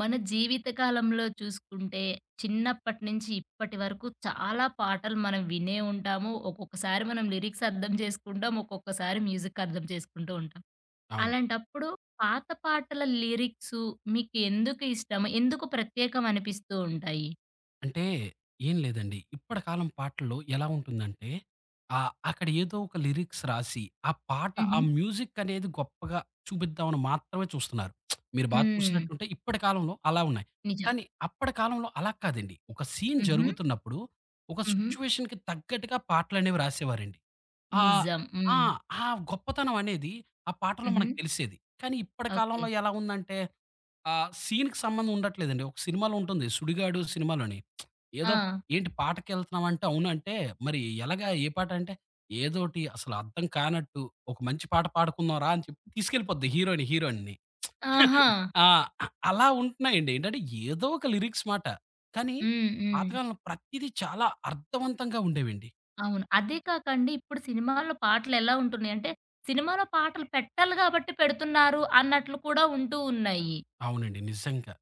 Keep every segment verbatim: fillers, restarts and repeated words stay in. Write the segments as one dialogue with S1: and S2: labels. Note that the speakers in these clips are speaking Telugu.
S1: మన జీవితకాలంలో చూసుకుంటే చిన్నప్పటి నుంచి ఇప్పటి వరకు చాలా పాటలు మనం వినే ఉంటాము. ఒక్కొక్కసారి మనం లిరిక్స్ అర్థం చేసుకుంటాం. ఒక్కొక్కసారి మ్యూజిక్ అర్థం చేసుకుంటూ ఉంటాం.
S2: అవును.
S1: అలాంటప్పుడు పాత పాటల లిరిక్సు మీకు ఎందుకు ఇష్టం? ఎందుకు ప్రత్యేకం అనిపిస్తూ ఉంటాయి?
S2: అంటే ఏం లేదండి. ఇప్పటి కాలం పాటల్లో ఎలా ఉంటుందంటే ఆహ్, అక్కడ ఏదో ఒక లిరిక్స్ రాసి, ఆ పాట ఆ
S1: హుహు.
S2: మ్యూజిక్ అనేది గొప్పగా చూపిద్దామని మాత్రమే చూస్తున్నారు. మీరు బా
S1: హ్మ్.
S2: చూసినట్టుంటే ఇప్పటి కాలంలో అలా ఉన్నాయి.
S1: నిజం.
S2: కానీ అప్పటి కాలంలో అలా కాదండి. ఒక సీన్
S1: హుహు.
S2: జరుగుతున్నప్పుడు ఒక
S1: హుహు.
S2: సిట్యుయేషన్‌కి తగ్గట్టుగా పాటలనేవి రాసేవారండి. ఆహ్,
S1: నిజం.
S2: ఆ!
S1: హ్మ్.
S2: ఆ గొప్పతనం అనేది ఆ పాటలో
S1: హుహు.
S2: మనకు తెలిసేది. కానీ ఇప్పటి
S1: ఓకే.
S2: కాలంలో ఎలా ఉందంటే ఆ సీన్‌కి సంబంధం ఉండట్లేదండి. ఒక సినిమాలో ఉంటుంది 'సుడిగాడు' సినిమాలోని.
S1: ఆ!
S2: ఏదో ఏంటి పాటకెళ్తున్నామంటే అవునంటే మరి ఎలాగా ఏ పాట అంటే ఏదోటి అసలు అర్థం కానట్టు ఒక మంచి పాట పాడుకుందాం రా! అని చెప్పి తీసుకెళ్ళిపోద్ది హీరోని, హీరోయిన్‌ని.
S1: ఆహా!
S2: ఆ! అలా ఉంటున్నాయండి. ఏంటంటే ఏదో ఒక లిరిక్స్ మాట. కానీ
S1: హ్మ్. హ్మ్.
S2: పాతకాలంలో ప్రతీదీ చాలా అర్థవంతంగా ఉండేవండి.
S1: అవును. అదే కాకండి ఇప్పుడు సినిమాల్లో పాటలెలా ఉంటున్నాయంటే, సినిమాలో పాటలు పెట్టాలి గాబట్టి పెడుతున్నారు అన్నట్లు కూడా ఉంటూ ఉన్నాయి.
S2: అవునండి, నిజంగా.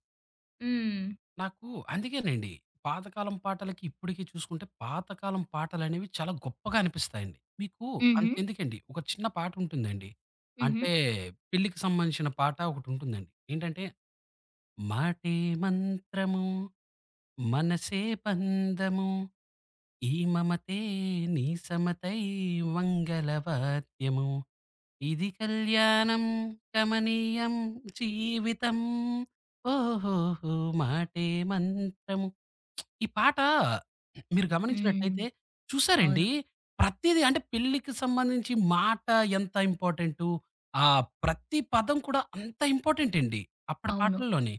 S1: హ్మ్.
S2: నాకు అందుకేనండి. పాతకాలం పాటలకి, ఇప్పటికి చూసుకుంటే పాతకాలం పాటలనేవి చాలా గొప్పగా అనిపిస్తాయండి. మీకు
S1: హుహు.
S2: అంతెందుకండి ఒక చిన్న పాటుంటుందండి.
S1: హుహు.
S2: అంటే పెళ్ళికి సంబంధించిన పాట ఒకటుంటుందండి. ఏంటంటే, మాటే మంత్రము, మనసే పందము, ఈ మమతే నీ సమతై మంగళవాద్యము. ఇది కళ్యాణం కమనీయం జీవితం ఓహోహో మాటే మంత్రము. ఈ పాట మీరు
S1: హ్మ్.
S2: గమనించినట్టయితే
S1: అవును.
S2: చూసారండి ప్రతిదీ అంటే పెళ్ళికి సంబంధించి మాట ఎంత ఇంపార్టెంటు. ఆ ప్రతి పదం కూడా అంత ఇంపార్టెంట్ అండి అప్పటి
S1: అవును.
S2: పాటల్లోని.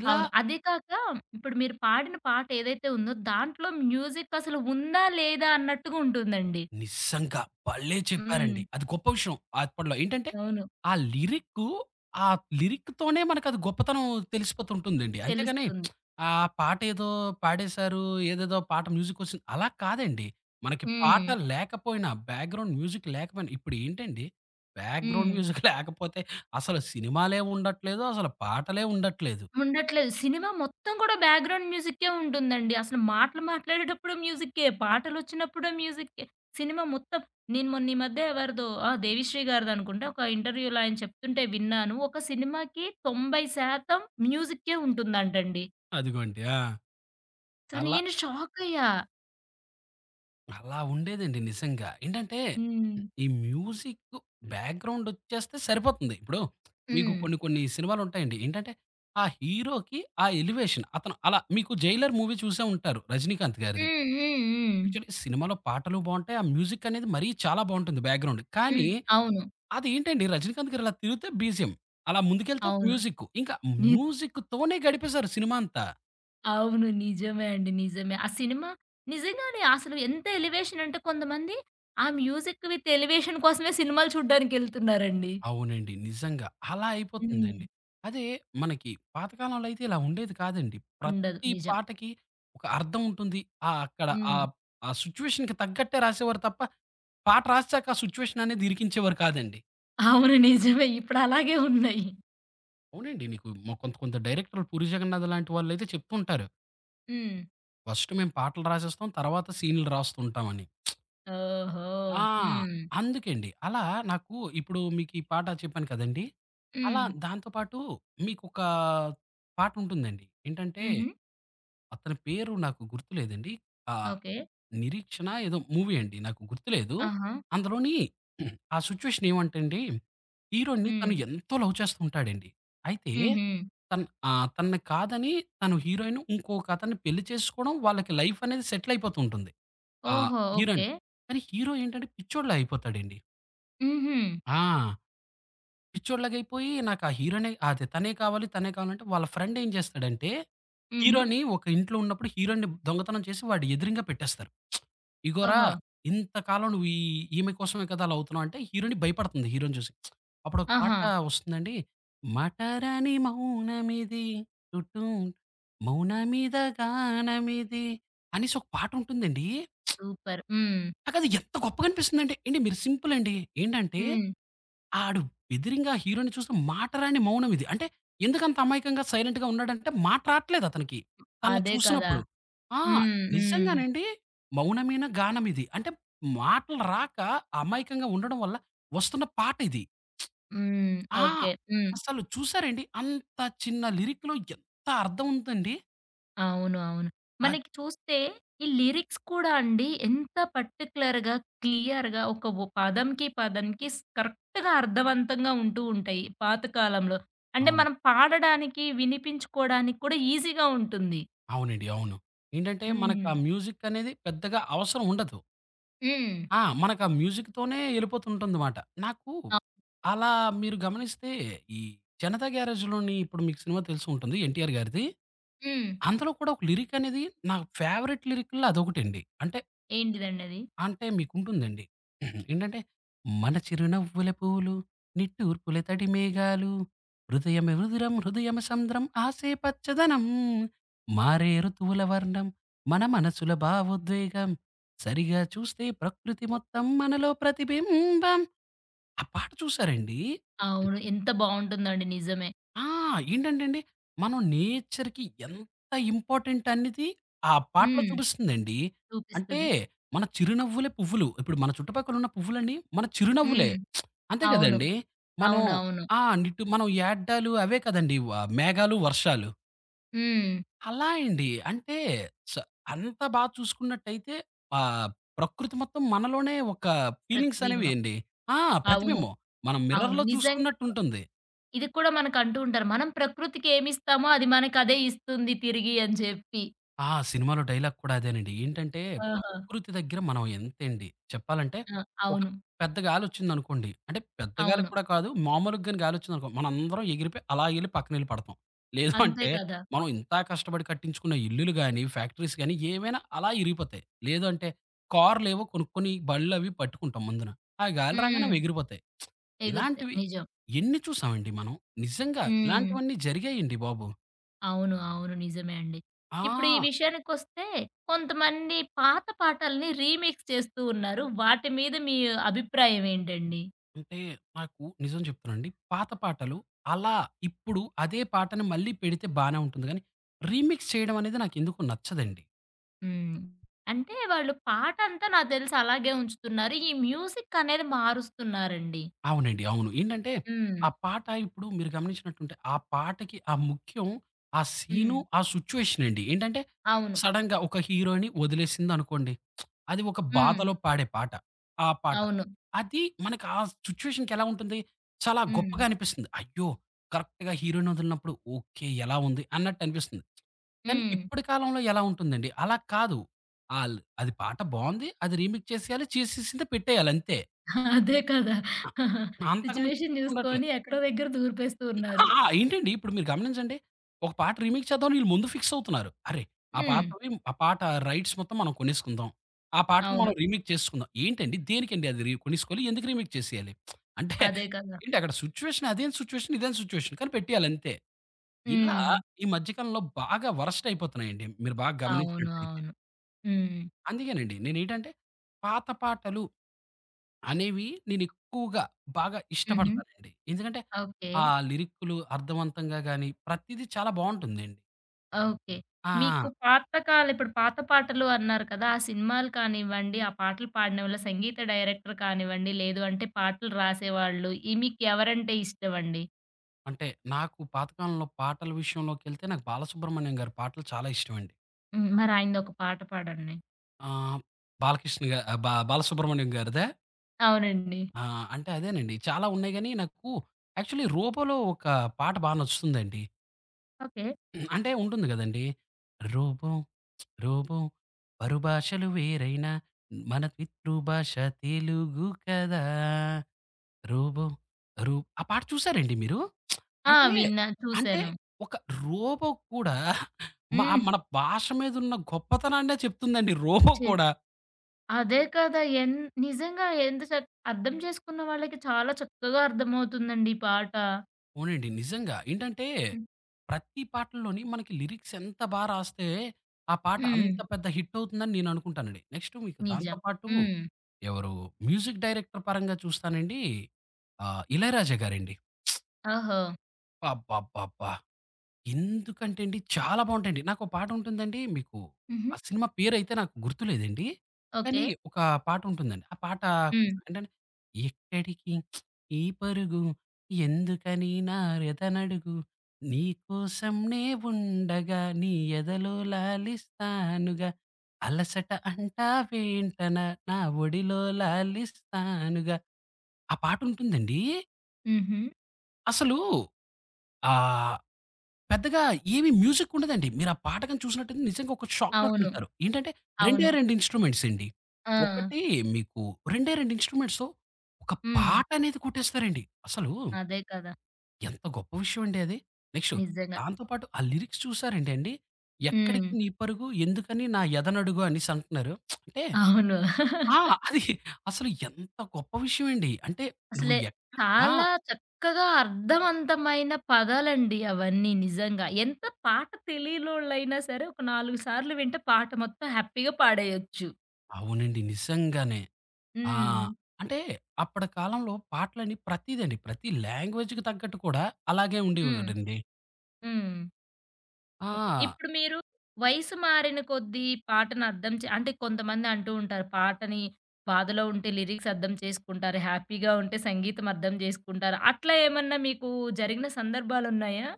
S2: ఇలా
S1: అవును. అదే కాక ఇప్పుడు మీరు పాడిన పాట ఏదైతే ఉందో దాంట్లో మ్యూజిక్ అసలు ఉందా? లేదా? అన్నట్టుగా ఉంటుందండి.
S2: నిజంగా. భలే
S1: హ్మ్.
S2: చెప్పారండి. అది గొప్ప విషయం అప్పట్లో. ఏంటంటే,
S1: అవును.
S2: ఆ లిరిక్కు, ఆ లిరిక్‌తోనే మనకది గొప్పతనం తెలిసిపోతుంటుందండి. అంతేగాని
S1: తెలుస్తుంది.
S2: ఆ పాటేదో పాడేశారు, ఏదేదో పాట మ్యూజికొచ్చింది అలా కాదండి. మనకి పాట
S1: హ్మ్.
S2: లేకపోయినా, బ్యాక్‌గ్రౌండ్ మ్యూజిక్ లేకపోయినా ఇప్పుడు ఏంటండి, బ్యాక్‌గ్రౌండ్
S1: హ్మ్.
S2: మ్యూజిక్ లేకపోతే అసలు సినిమాలే ఉండట్లేదు. అసలు పాటలే ఉండట్లేదు.
S1: ఉండట్లేదు. సినిమా మొత్తం కూడా బ్యాక్‌గ్రౌండ్ మ్యూజిక్కే ఉంటుందండి. అసలు మాటలు మాట్లాడేటప్పుడు మ్యూజిక్కే, పాటలొచ్చినప్పుడు మ్యూజిక్కే. సినిమా మొత్తం నేను మొన్న ఈ మధ్య ఎవరిదో ఆ! దేవిశ్రీ గారిదనుకుంటా. ఒక ఇంటర్వ్యూలో ఆయన చెప్తుంటే విన్నాను. ఒక సినిమాకి తొంభై శాతం మ్యూజిక్కే ఉంటుందంటండి.
S2: అదిగోండి. ఆ!
S1: అసలు
S2: అలా
S1: నేను షాకయ్యా.
S2: అలా ఉండేదండి నిజంగా. ఏంటంటే,
S1: హ్మ్.
S2: ఈ మ్యూజిక్ బ్యాక్‌గ్రౌండొచ్చేస్తే సరిపోతుంది. ఇప్పుడు మీకు
S1: హ్మ్.
S2: కొన్ని, కొన్ని సినిమాలుంటాయండి. ఏంటంటే, ఆ హీరోకి ఆ ఎలివేషన్ అతను అలా మీకు 'జైలర్' మూవీ చూసే ఉంటారు 'రజనీకాంత్' గారిది.
S1: హ్మ్. హ్మ్. హ్మ్.
S2: యాక్చువల్లీ సినిమాలో పాటలు బావుంటాయి. ఆ మ్యూజిక్ అనేది మరీ చాలా బావుంటుంది బ్యాక్‌గ్రౌండ్. కానీ
S1: హ్మ్. అవును.
S2: అదేంటండి 'రజనీకాంత్' గారు అలా తిరిగితే బీజీఎం. అలా ముందుకెళ్తే ఒక
S1: అవును.
S2: మ్యూజిక్కు. ఇంకా మ్యూజిక్‌తోనే గడిపేశారు సినిమా అంతా.
S1: అవును. నిజమే అండి. నిజమే. ఆ సినిమా నిజంగానే అసలు ఎంత ఎలివేషన్ అంటే కొంతమంది ఆ మ్యూజిక్ విత్ ఎలివేషన్ కోసమే సినిమాలు చూడ్డానికెళ్తున్నారండి.
S2: అవునండి, నిజంగా. అలా
S1: హ్మ్.
S2: అయిపోతుందండి. అదే మనకి పాతకాలంలో అయితే ఇలా ఉండేది కాదండి.
S1: ఉండదు.
S2: ప్రతి
S1: నిజం.
S2: పాటకి ఒక అర్థం ఉంటుంది. ఆ అక్కడ
S1: హ్మ్.
S2: ఆహ్, ఆ సిట్యుయేషన్‌కి తగ్గట్టే రాసేవారు తప్ప, పాట రాసాక ఆ సిట్యుయేషన్ అనేది ఇరికించేవారు కాదండి.
S1: అవును. నిజమే. ఇప్పుడు అలాగే ఉన్నాయి.
S2: అవునండి. నీకు మ కొంత కొంత డైరెక్టర్లు 'పూరి జగన్నాథ్' లాంటి వాళ్ళైతే చెప్తుంటారు.
S1: హ్మ్.
S2: ఫస్ట్ మేము పాటలు రాసేస్తాం. తర్వాత సీన్‌లు రాస్తుంటామని.
S1: ఓహో!
S2: ఆ!
S1: హ్మ్.
S2: అందుకండి. అలా నాకు ఇప్పుడు మీకీ పాట చెప్పాను కదండీ! అలా
S1: హ్మ్.
S2: దాంతో పాటు మీకొక పాటుంటుందండి. ఏంటంటే,
S1: హుహు.
S2: అతని పేరు నాకు గుర్తులేదండి. ఆహ్,
S1: ఓకే.
S2: 'నిరీక్షణ' ఏదో మూవీ అండి. నాకు గుర్తులేదు.
S1: ఆహా!
S2: అందులోని ఆ సిట్యుయేషన్ ఏమంటే అండి, హీరో‌ని
S1: హ్మ్.
S2: తను ఎంతో లవ్ చేస్తూ ఉంటాడండి. అయితే
S1: హుహు.
S2: తన్ ఆహ్, తనని కాదని తను హీరోయిన్ ఇంకొకతన్ని పెళ్లి చేసుకోవడం, వాళ్ళకి లైఫ్ అనేది సెటిల్ అయిపోతూ ఉంటుంది. ఆ!
S1: ఓహో!
S2: హీరో‌ని.
S1: ఓకే.
S2: కానీ హీరో ఏంటంటే పిచ్చోడిలా అయిపోతాడండి.
S1: హుహు.
S2: ఆ! పిచ్చోడిలాగా అయిపోయి నాకు ఆ హీరో‌నే అదే తనే కావాలి, తనే కావాలంటే వాళ్ళ ఫ్రెండ్ ఏం చేస్తాడంటే
S1: హుహు.
S2: హీరో‌ని ఒక ఇంట్లో ఉన్నప్పుడు హీరో‌ని దొంగతనం చేసి వాడి ఎదురుంగా పెట్టేస్తారు. ఇగోరా
S1: ఓహో!
S2: ఇంతకాలం నువ్వు ఈ ఈమె కోసమే కదా! అలా అవుతున్నావు అంటే హీరో‌ని భయపడుతుంది హీరో‌ని చూసి. అప్పుడు ఒక
S1: ఆహా!
S2: పాట వస్తుందండి. మటరాని మౌనమిది టుటుం మౌనమిద గానమిది అనేసి ఒక పాటుంటుందండి.
S1: సూపర్. హ్మ్.
S2: నాకది ఎంత గొప్పగా అనిపిస్తుందంటే, ఏండి మీరు సింపుల్ అండి. ఏంటంటే,
S1: హ్మ్.
S2: ఆడు ఎదిరింగా హీరోని చూస్తే మాట రాని మౌనం ఇది. అంటే ఎందుకంత అమాయకంగా సైలెంట్‌గా ఉన్నాడంటే మాట రాట్లేదు అతనికి. తనని
S1: అదే కదా!
S2: చూసినప్పుడు. ఆ!
S1: హ్మ్. హ్మ్.
S2: నిజంగానండి. మౌనమేన గానమిది. అంటే మాటలు రాక అమాయకంగా ఉండడం వల్ల వస్తున్న పాట ఇది.
S1: హ్మ్.
S2: ఆ!
S1: ఓకే. హ్మ్.
S2: అసలు చూసారండి అంత చిన్న లిరిక్‌లో ఎంత అర్థం ఉందండి.
S1: అవును. అవును.
S2: అద్
S1: మనకి చూస్తే ఈ లిరిక్స్ కూడా అండి ఎంత పర్టిక్యులర్‌గా, క్లియర్‌గా ఒక వ పదంకి, పదంకి స్ కరెక్ట్‌గా అర్థవంతంగా ఉంటూ ఉంటాయి పాత కాలంలో. అంటే
S2: అవును,
S1: మనం పాడడానికి, వినిపించుకోవడానికి కూడా ఈజీగా ఉంటుంది.
S2: అవునండి, అవును. ఏంటంటే మనకు
S1: హ్మ్.
S2: ఆ మ్యూజిక్ అనేది పెద్దగా అవసరం ఉండదు.
S1: హ్మ్.
S2: ఆ! మనకా మ్యూజిక్‌తోనే యెళ్ళిపోతుంటుందమాట. నాకు
S1: అవ్
S2: అలా మీరు గమనిస్తే, ఈ 'జనతా గ్యారేజ్‌లోని' ఇప్పుడు మీకు సినిమా తెలిసుంటుంది 'ఎన్టీఆర్' గారిది.
S1: హ్మ్.
S2: అందులో కూడా ఒక లిరికనేది నా ఫేవరెట్ లిరికుల్లో అదొకటండి. అంటే
S1: ఏంటిదండి అది?
S2: అంటే మీకుంటుందండి. ఏంటంటే, మన చిరునవ్వుల పూలు, నిట్టూర్పుల తడి మేఘాలు, హృదయమె ఉదురం హృదయమె సంద్రం ఆసే పచ్చదనం, మారే ఋతువుల వర్ణం, మన మనసుల భావోద్వేగం, సరిగా చూస్తే ప్రకృతి మొత్తం మనలో ప్రతిబింబం. ఆ పాట చూసారండి?
S1: అవును. ఎంత బావుంటుందండి నిజమే.
S2: ఆ! ఏంటంటే అండి, మనం నేచర్‌కి ఎంత ఇంపార్టెంట్ అనేది ఆ పాటలో
S1: హ్మ్.
S2: చూపిస్తుందండి. అంటే
S1: చూపిస్తుంది.
S2: మన చిరునవ్వులే పువ్వులు. ఇప్పుడు మన చుట్టుపక్కల ఉన్న పువ్వులన్నీ మన చిరునవ్వులే.
S1: హ్మ్.
S2: అంతే
S1: అవును.
S2: కదండీ! మనం
S1: అవునవును.
S2: ఆ! నిట్టు మనం యాడ్డాలు అవే కదండీ! వ మేఘాలు, వర్షాలు.
S1: హ్మ్.
S2: అలా అండి. అంటే స అంత బా చూసుకున్నట్టయితే ఆహ్, ప్రకృతి మొత్తం మనలోనే ఒక ఫీలింగ్స్ అనేవి
S1: ప్రతిబింబం.
S2: అండి. ఆ!
S1: అవును.
S2: ప్రతిబింబం. మనం
S1: అవును.
S2: మిర్రర్‌లో
S1: నిజంగా
S2: చూసుకున్నట్టుంటుంది.
S1: ఇది కూడా మనకంటూ ఉంటారు. మనం ప్రకృతికి ఏమిస్తామో అది మనకదే ఇస్తుంది తిరిగి అని చెప్పి.
S2: ఆ! సినిమాలో డైలాగ్ కూడా అదేనండి. ఏంటంటే,
S1: ఆహా!
S2: ప్రకృతి దగ్గర మనం ఎంతండి చెప్పాలంటే,
S1: ఆ!
S2: ఒక
S1: అవును.
S2: పెద్ద గాలొచ్చిందనుకోండి, అంటే పెద్ద గాలి
S1: అవును.
S2: కూడా కాదు, మామూలుగాని గాలొచ్చిందనుకో, మనందరం ఎగిరిపోయి అలా ఎళ్లి పక్కనెళ్లి పడతాం. లేదు
S1: అంతే
S2: అంటే,
S1: కదా!
S2: మనం ఇంత కష్టపడి కట్టించుకున్న ఇల్లులు గాని, ఫ్యాక్టరీస్ గాని ఏవైనా అలా ఇరిగిపోతాయి. లేదు అంటే, కార్‌లేవో కొనుక్కొని బళ్ళవి పట్టుకుంటాం ముందున. ఆ గాలి రాగానే
S1: హ్మ్.
S2: అవి ఎగిరిపోతాయి.
S1: ఎగురుతాయి.
S2: ఇలాంటివి
S1: నిజం.
S2: ఎన్ని చూసామండి మనం. నిజంగా
S1: హ్మ్.
S2: ఇలాంటివన్నీ జరిగాయండి బాబు.
S1: అవును. అవును. నిజమే అండి. ఇప్పుడు ఈ
S2: ఆ!
S1: విషయానికొస్తే కొంతమంది పాత పాటల్ని రీమిక్స్ చేస్తూ ఉన్నారు. వాటి మీద మీ అభిప్రాయం ఏంటండి?
S2: అంటే నాకు నిజం చెప్తానండి. పాత పాటలు అలా ఇప్పుడు అదే పాటని మళ్ళీ పెడితే బానే ఉంటుంది గానీ, రీమిక్స్ చేయడం అనేది నాకెందుకో నచ్చదండి.
S1: హ్మ్. అంటే వాళ్ళు పాటంతా నాకు తెలిసి అలాగే ఉంచుతున్నారు. ఈ మ్యూజిక్ అనేది మారుస్తున్నారండి.
S2: అవునండి, అవును. ఏంటంటే,
S1: హ్మ్.
S2: ఆ పాట ఇప్పుడు మీరు గమనించినట్టుంటే, ఆ పాటకి ఆ ముఖ్యం ఆ సీను,
S1: హ్మ్.
S2: ఆ సిట్యుయేషనండి. ఏంటంటే,
S1: అవును.
S2: సడెన్‌గా ఒక హీరో‌ని వదిలేసిందనుకోండి. అది ఒక
S1: హ్మ్.
S2: బాధలో పాడే పాట. ఆ పాట.
S1: అవును.
S2: అది మనకు ఆ సిట్యుయేషన్‌కెలా ఉంటుంది? చాలా
S1: హ్మ్.
S2: గొప్పగా అనిపిస్తుంది. అయ్యో! కరెక్ట్‌గా హీరో‌ని వదిలినప్పుడు ఓకే. ఎలా ఉంది? అన్నట్టనిపిస్తుంది. కానీ
S1: హ్మ్.
S2: ఇప్పటి కాలంలో ఎలా ఉంటుందండి? అలా కాదు. ఆళ్ళు అది పాట బావుంది. అది రీమిక్స్ చేసేయాలి. చేసేసింది పెట్టేయాలంతే.
S1: అదే కదా!
S2: అ! అంతకు మించి
S1: సిట్యుయేషన్
S2: ఉండట్లే.
S1: చూసుకొని ఎక్కడో దగ్గర దూర్పేస్తూ
S2: ఆ!
S1: ఉన్నారు.
S2: ఏంటండి ఇప్పుడు మీరు గమనించండి. ఒక పాట రీమేక్ చేద్దామని ఈళ్ళు ముందు ఫిక్స్ అవుతున్నారు. అరె! ఆ
S1: హ్మ్.
S2: పాతవి ఆ పాట రైట్స్ మొత్తం మనం కొనేసుకుందాం. ఆ పాటను
S1: అవును.
S2: మనం రీమేక్ చేసుకుందాం. ఏంటండి దేనికండి అది రీ కొనేసుకోవాలి? ఎందుకు రీమేక్ చేసేయాలి? అంటే
S1: అదే కదా!
S2: ఏంటి అక్కడ సిట్యుయేషన్ అదేం సిట్యుయేషన్, ఇదేం సిట్యుయేషన్ కానీ పెట్టేయాలి అంతే. ఇలా
S1: హ్మ్.
S2: ఈ మధ్య కాలంలో బాగా వరస్ట్ అయిపోతున్నాయండి. మీరు బాగా
S1: అవును.
S2: గమనించినట్టయితే.
S1: అవును. హ్మ్.
S2: అందుకేనండి నేనేంటంటే పాత పాటలు అనేవి నేనెక్కువగా బాగా
S1: హుహు.
S2: ఇష్టపడతానండి. ఎందుకంటే,
S1: ఓకే.
S2: ఆ లిరిక్కులు అర్థవంతంగా గాని, ప్రతీదీ చాలా బావుంటుందండి.
S1: ఓకే. మీకు
S2: ఆ!
S1: పాతకాల ఇప్పుడు పాత పాటలు అన్నారు కదా! ఆ సినిమాలు కానివ్వండి, ఆ పాటలు పాడినోళ్ళ సంగీత డైరెక్టర్ కానివ్వండి, లేదు అంటే పాటలు రాసేవాళ్ళు, ఈ మీకు ఎవరంటే ఇష్టమండి?
S2: అంటే నాకు పాతకాలంలో పాటల విషయంలోకెళ్తే నాకు 'బాలసుబ్రహ్మణ్యం' గారి పాటలు చాలా ఇష్టమండి.
S1: హ్మ్. మరి ఆయనదొక పాట పాడండి.
S2: ఆహ్, బాలకృష్ణ గా బా 'బాలసుబ్రహ్మణ్యం' గారిదా?
S1: అవునండి.
S2: ఆ! అంటే అదేనండి. చాలా ఉన్నాయి గానీ, నాకు యాక్చువల్లీ 'రూపలో' ఒక పాట బా నచ్చుతుందండి.
S1: ఓకే.
S2: అంటే ఉంటుంది గదండీ! రూపం, రూపం పరుభాషలు వేరైనా మన పితృభాష తెలుగు కదా! రూపం రూ ఆ పాట చూసారండి మీరు?
S1: ఆ!
S2: అంటే,
S1: విన్నా.
S2: అంటే
S1: చూసాను.
S2: ఒక రోబో కూడా మ
S1: హ్మ్.
S2: మన భాష మీదున్న గొప్పతనాన్నే చెప్తుందండి రోబో
S1: చే
S2: కూడా.
S1: అదే కదా! ఎన్ నిజంగా ఎంత చక్ అర్థం చేసుకున్న వాళ్ళకి చాలా చక్కగా అర్థమవుతుందండి ఈ పాట.
S2: అవునండి, నిజంగా. ఏంటంటే,
S1: హ్మ్.
S2: ప్రతి పాటల్లోని మనకి లిరిక్స్ ఎంత బా రాస్తే, ఆ పాట
S1: హ్మ్.
S2: అంత పెద్ద హిట్ అవుతుందని నేననుకుంటానండి. నెక్స్ట్ మీకు
S1: నిజం.
S2: దాంతో పాటు
S1: హ్మ్.
S2: ఎవరు? మ్యూజిక్ డైరెక్టర్ పరంగా చూస్తానండి ఆహ్, 'ఇళయరాజా' గారండి.
S1: ఓహో!
S2: అబ్బబ్బబ్బా! ఎందుకంటే అండి చాలా బావుంటాయండి. నాకో పాటుంటుందండి మీకు
S1: హుహు.
S2: ఆ సినిమా పేరైతే నాకు గుర్తులేదండి. కానీ
S1: ఓకే.
S2: ఒక పాటుంటుందండి. ఆ పాట
S1: హ్మ్.
S2: కొంచెం ఏంటంటే ఎక్కడికి ఈ పరుగు ఎందుకని నా రెదనడుగు నీ కోసం నే ఉండగా నీ ఎదలో లాలిస్తానుగా అలసట అంటావేంటన నా ఒడిలో లాలిస్తానుగా ఆ పాటుంటుందండి.
S1: హుహు.
S2: అసలు ఆహ్, పెద్దగా ఏమి మ్యూజిక్ ఉండదండి. మీరు ఆ పాట గాని చూసినట్టయితే నిజంగా ఒక
S1: అవును.
S2: షాక్‌లోకెళ్తారు. ఏంటంటే,
S1: అవును.
S2: రెండే రెండు ఇన్‌స్ట్రుమెంట్స్ అండి.
S1: ఆ!
S2: ఒకటి మీకు రెండే రెండు ఇన్‌స్ట్రుమెంట్స్‌తో ఒక
S1: హ్మ్.
S2: పాట అనేది కొట్టేస్తారండి. అసలు
S1: అదే కదా!
S2: ఎంత గొప్ప విషయం అండి అది. నెక్స్ట్
S1: నిజంగా.
S2: దాంతో పాటు ఆ లిరిక్స్ చూసారంటే అండి,
S1: హ్మ్.
S2: ఎక్కడికి నీ పరుగు ఎందుకని నా ఎదనడుగు అనేసి అంటున్నారు. అంటే
S1: అవును.
S2: ఆ! అది అసలు ఎంత గొప్ప విషయం అండి. అంటే నువ్వు
S1: అసలే
S2: ఎక్క ఆ!
S1: చాలా చక్కగా అర్థవంతమైన పదాలండి అవన్నీ నిజంగా. ఎంత పాట తెలియనోళ్ళైనా సరే ఒక నాలుగు సార్లు వింటే పాట మొత్తం హ్యాపీగా పాడేయొచ్చు.
S2: అవునండి, నిజంగానే. ఆ!
S1: హ్మ్.
S2: అంటే అప్పటి కాలంలో పాటలని ప్రతీదండి. ప్రతి లాంగ్వేజ్‌కి తగ్గట్టు కూడా అలాగే
S1: హ్మ్.
S2: ఉండేవాడండి.
S1: హ్మ్. ఓకే.
S2: ఆ!
S1: ఇప్పుడు మీరు వయసు మారిన కొద్దీ పాటను అర్థం చే అంటే కొంతమంది అంటూ ఉంటారు. పాటని బాధలో ఉంటే లిరిక్స్ అర్థం చేసుకుంటారు. హ్యాపీగా ఉంటే సంగీతం అర్థం చేసుకుంటారు. అట్లా ఏమన్నా మీకు జరిగిన సందర్భాలున్నాయా?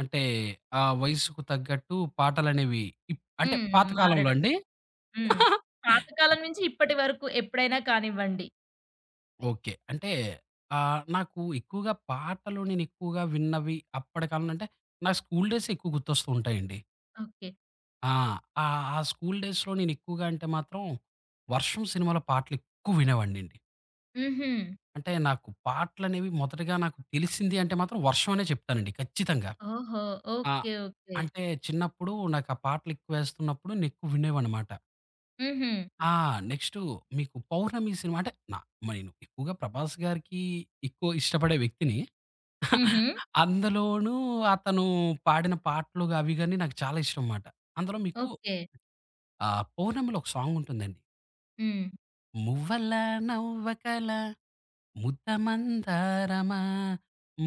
S2: అంటే ఆ వయసుకు తగ్గట్టు పాటలనేవి ఇప్ అంటే
S1: హ్మ్.
S2: పాత కాలంలో
S1: మారడం.
S2: అండి?
S1: హ్మ్. పాతకాలం నుంచి ఇప్పటి వరకు ఎప్పుడైనా కానివ్వండి.
S2: ఓకే. అంటే ఆహ్, నాకు ఎక్కువగా పాటలు నేను ఎక్కువగా విన్నవి అప్పటి కాలంలో అంటే నా స్కూల్ డేసే ఎక్కువ గుర్తొస్తూ ఉంటాయండి.
S1: ఓకే.
S2: ఆ! ఆ! ఆ స్కూల్ డేస్‌లో నేను ఎక్కువగా అంటే మాత్రం 'వర్షం' సినిమాలో పాటలు ఎక్కువ వినేవాడినండి.
S1: హుహు.
S2: అంటే నాకు పాటలనేవి మొదటగా నాకు తెలిసింది అంటే మాత్రం 'వర్షం' అనే చెప్తానండి ఖచ్చితంగా.
S1: ఓహో!
S2: ఆ!
S1: ఓకే. ఓకే.
S2: అంటే చిన్నప్పుడు నాకు ఆ పాటలు ఎక్కువేస్తున్నప్పుడు నేను ఎక్కువ వినేవాడినమాట.
S1: హుహు.
S2: ఆ! నెక్స్టు మీకు 'పౌర్ణమి' సినిమా అంటే నా నేను ఎక్కువగా 'ప్రభాస్' గారికి ఎక్కువ ఇష్టపడే వ్యక్తిని.
S1: హుహు.
S2: అందులోనూ అతను పాడిన పాటలు అవి గాని నాకు చాలా ఇష్టం మాట. అందులో మీకు
S1: ఓకే.
S2: ఆహ్, 'పౌర్ణమిలో' ఒక సాంగ్ ఉంటుందండి.
S1: హ్మ్.
S2: 'మువ్వల నవ్వకల' ముద్ద మందారమా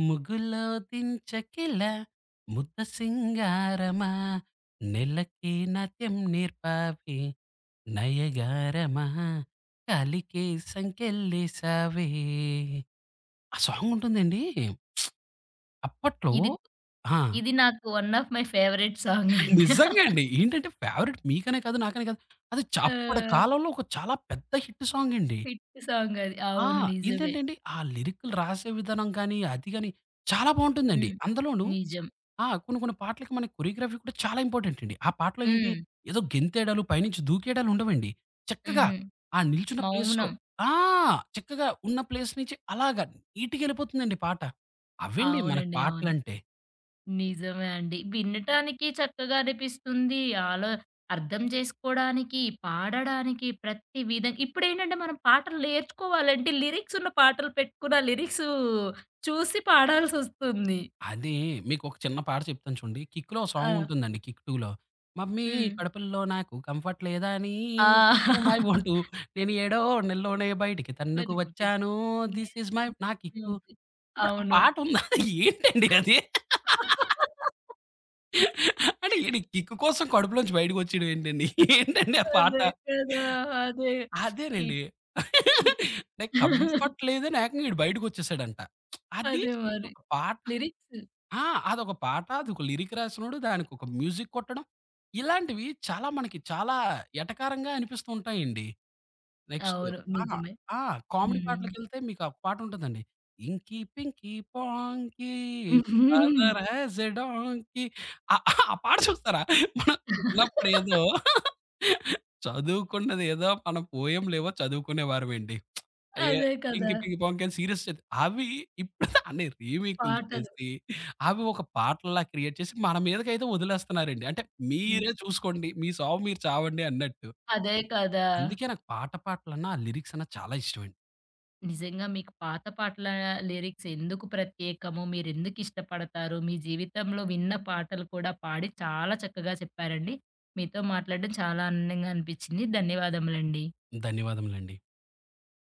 S2: ముగ్గులో దించకిల ముద్ద సింగారమా నెలకి నాట్యం నేర్పావి నయగారమా కలికే సంకెళ్ళేసావే ఆ సాంగ్ ఉంటుందండి. అప్పట్లో
S1: ఇది
S2: ఆ!
S1: ఇది నాకు one of my favourite song అండి.
S2: నిజంగా అండి. ఏంటంటే ఫేవరెట్ మీకనే కాదు, నాకనే కాదు. అది చ
S1: ఆ!
S2: అప్పటి కాలంలో ఒక చాలా పెద్ద హిట్ సాంగ్ అండి.
S1: హిట్ సాంగ్ అది.
S2: ఆ!
S1: అవును. నిజమే.
S2: ఏంటంటే అండి, ఆ లిరిక్‌లు రాసే విధానం గాని, అది గాని చాలా బావుంటుందండి.
S1: హ్మ్.
S2: అందులోనూ
S1: నిజం.
S2: ఆ! కొన్ని కొన్ని పాటలకి మన కొరియోగ్రఫీ కూడా చాలా ఇంపార్టెంట్ అండి. ఆ పాటలో ఏంటి,
S1: హ్మ్.
S2: ఏదో గెంతేయడాలు, పైనుంచి దూకేయడాలు ఉండవండి. చక్కగా
S1: హుహు.
S2: ఆ నిల్చున్న ప్లేస్‌లో
S1: మౌనం.
S2: ఆ! చక్కగా ఉన్న ప్లేస్ నుంచి అలాగా నీట్‌గా ఎళ్ళిపోతుందండి పాట. అవండి మనకు
S1: అవునండి. అవును.
S2: పాటలంటే.
S1: నిజమే అండి. వినటానికి చక్కగా అనిపిస్తుంది. ఆలో అర్థం చేసుకోడానికి, పాడడానికి ప్రతి విధం ఇప్పుడేంటంటే మనం పాటలు నేర్చుకోవాలంటే లిరిక్స్ ఉన్న పాటలు పెట్టుకుని ఆ లిరిక్స్ చూసి పాడాల్సొస్తుంది.
S2: అదే. మీకొక చిన్న పాట చెప్తాను చూడండి. 'కిక్‌లో' ఓ సాంగ్
S1: ఆ!
S2: ఉంటుందండి 'కిక్ 2లో' మమ్మీ
S1: హ్మ్.
S2: కడుపులో నాకు కంఫర్ట్ లేదా అని
S1: ఆ!
S2: టు మై ఓటు నేను ఏడో నెలలోనే బయటికి
S1: మరి
S2: తన్నుకు
S1: గుర్తింపు.
S2: వచ్చాను దిస్ ఈజ్ మై నా కిక్కు. ఇప్పుడు ఆ
S1: అవును.
S2: పాట ఉందా? ఏంటండి అది? అంటే ఈడు కిక్కు కోసం కడుపులోంచి బయటకి వచ్చేయడం ఏంటండి? ఏంటండి ఆ పాట?
S1: అదే కదా! అదే.
S2: అదేనండి.
S1: ఇప్
S2: అంటే కంఫర్ట్ లేదని ఏకంగా ఈడు బయటకొచ్చేసాడంట. అది
S1: అదే మరి.
S2: ఒక పాట
S1: లిరిక్స్
S2: ఆ! అదొక పాట, అదొక లిరిక్ రాసినోడు, దానికొక మ్యూజిక్ కొట్టడం. ఇలాంటివి చాలా మనకి చాలా ఎటకారంగా అనిపిస్తూ ఉంటాయండి. నెక్స్టు
S1: అవును.
S2: ఆ!
S1: నిజమే.
S2: ఆ! కామెడీ
S1: హ్మ్.
S2: పాటలకెళ్తే మీకు ఒక పాటుంటదండి. 'Inky pinky ponky father has a donkey' ఆ ఆ పాట చూస్తారా? మనం చిన్నప్పుడేదో చదువుకున్నదేదో మనం పోయెమ్‌లేవో చదువుకునేవారమండి. అయ్యే
S1: అదే కదా!
S2: 'పింకీ పింకీ పాంకీ' అని సీరియస్ చది అవి ఇప్పుడు దాన్ని రీమేకులు
S1: పాటలు.
S2: చేసి, అవి ఒక పాటల్లా క్రియేట్ చేసి మన మీదకైతే వదిలేస్తున్నారండి. అంటే
S1: హ్మ్.
S2: మీరే చూసుకోండి. మీ సావు మీరు చావండి అన్నట్టు.
S1: అదే కదా!
S2: అందుకే నాకు పాట పాటలన్నా, ఆ లిరిక్స్ అన్నా చాలా ఇష్టమండి.
S1: నిజంగా మీకు పాత పాటల లిరిక్స్ ఎందుకు ప్రత్యేకము? మీరెందుకు ఇష్టపడతారు? మీ జీవితంలో విన్న పాటలు కూడా పాడి చాలా చక్కగా చెప్పారండి. మీతో మాట్లాడడం చాలా ఆనందంగా అనిపించింది. ధన్యవాదములండి.
S2: ధన్యవాదములండి.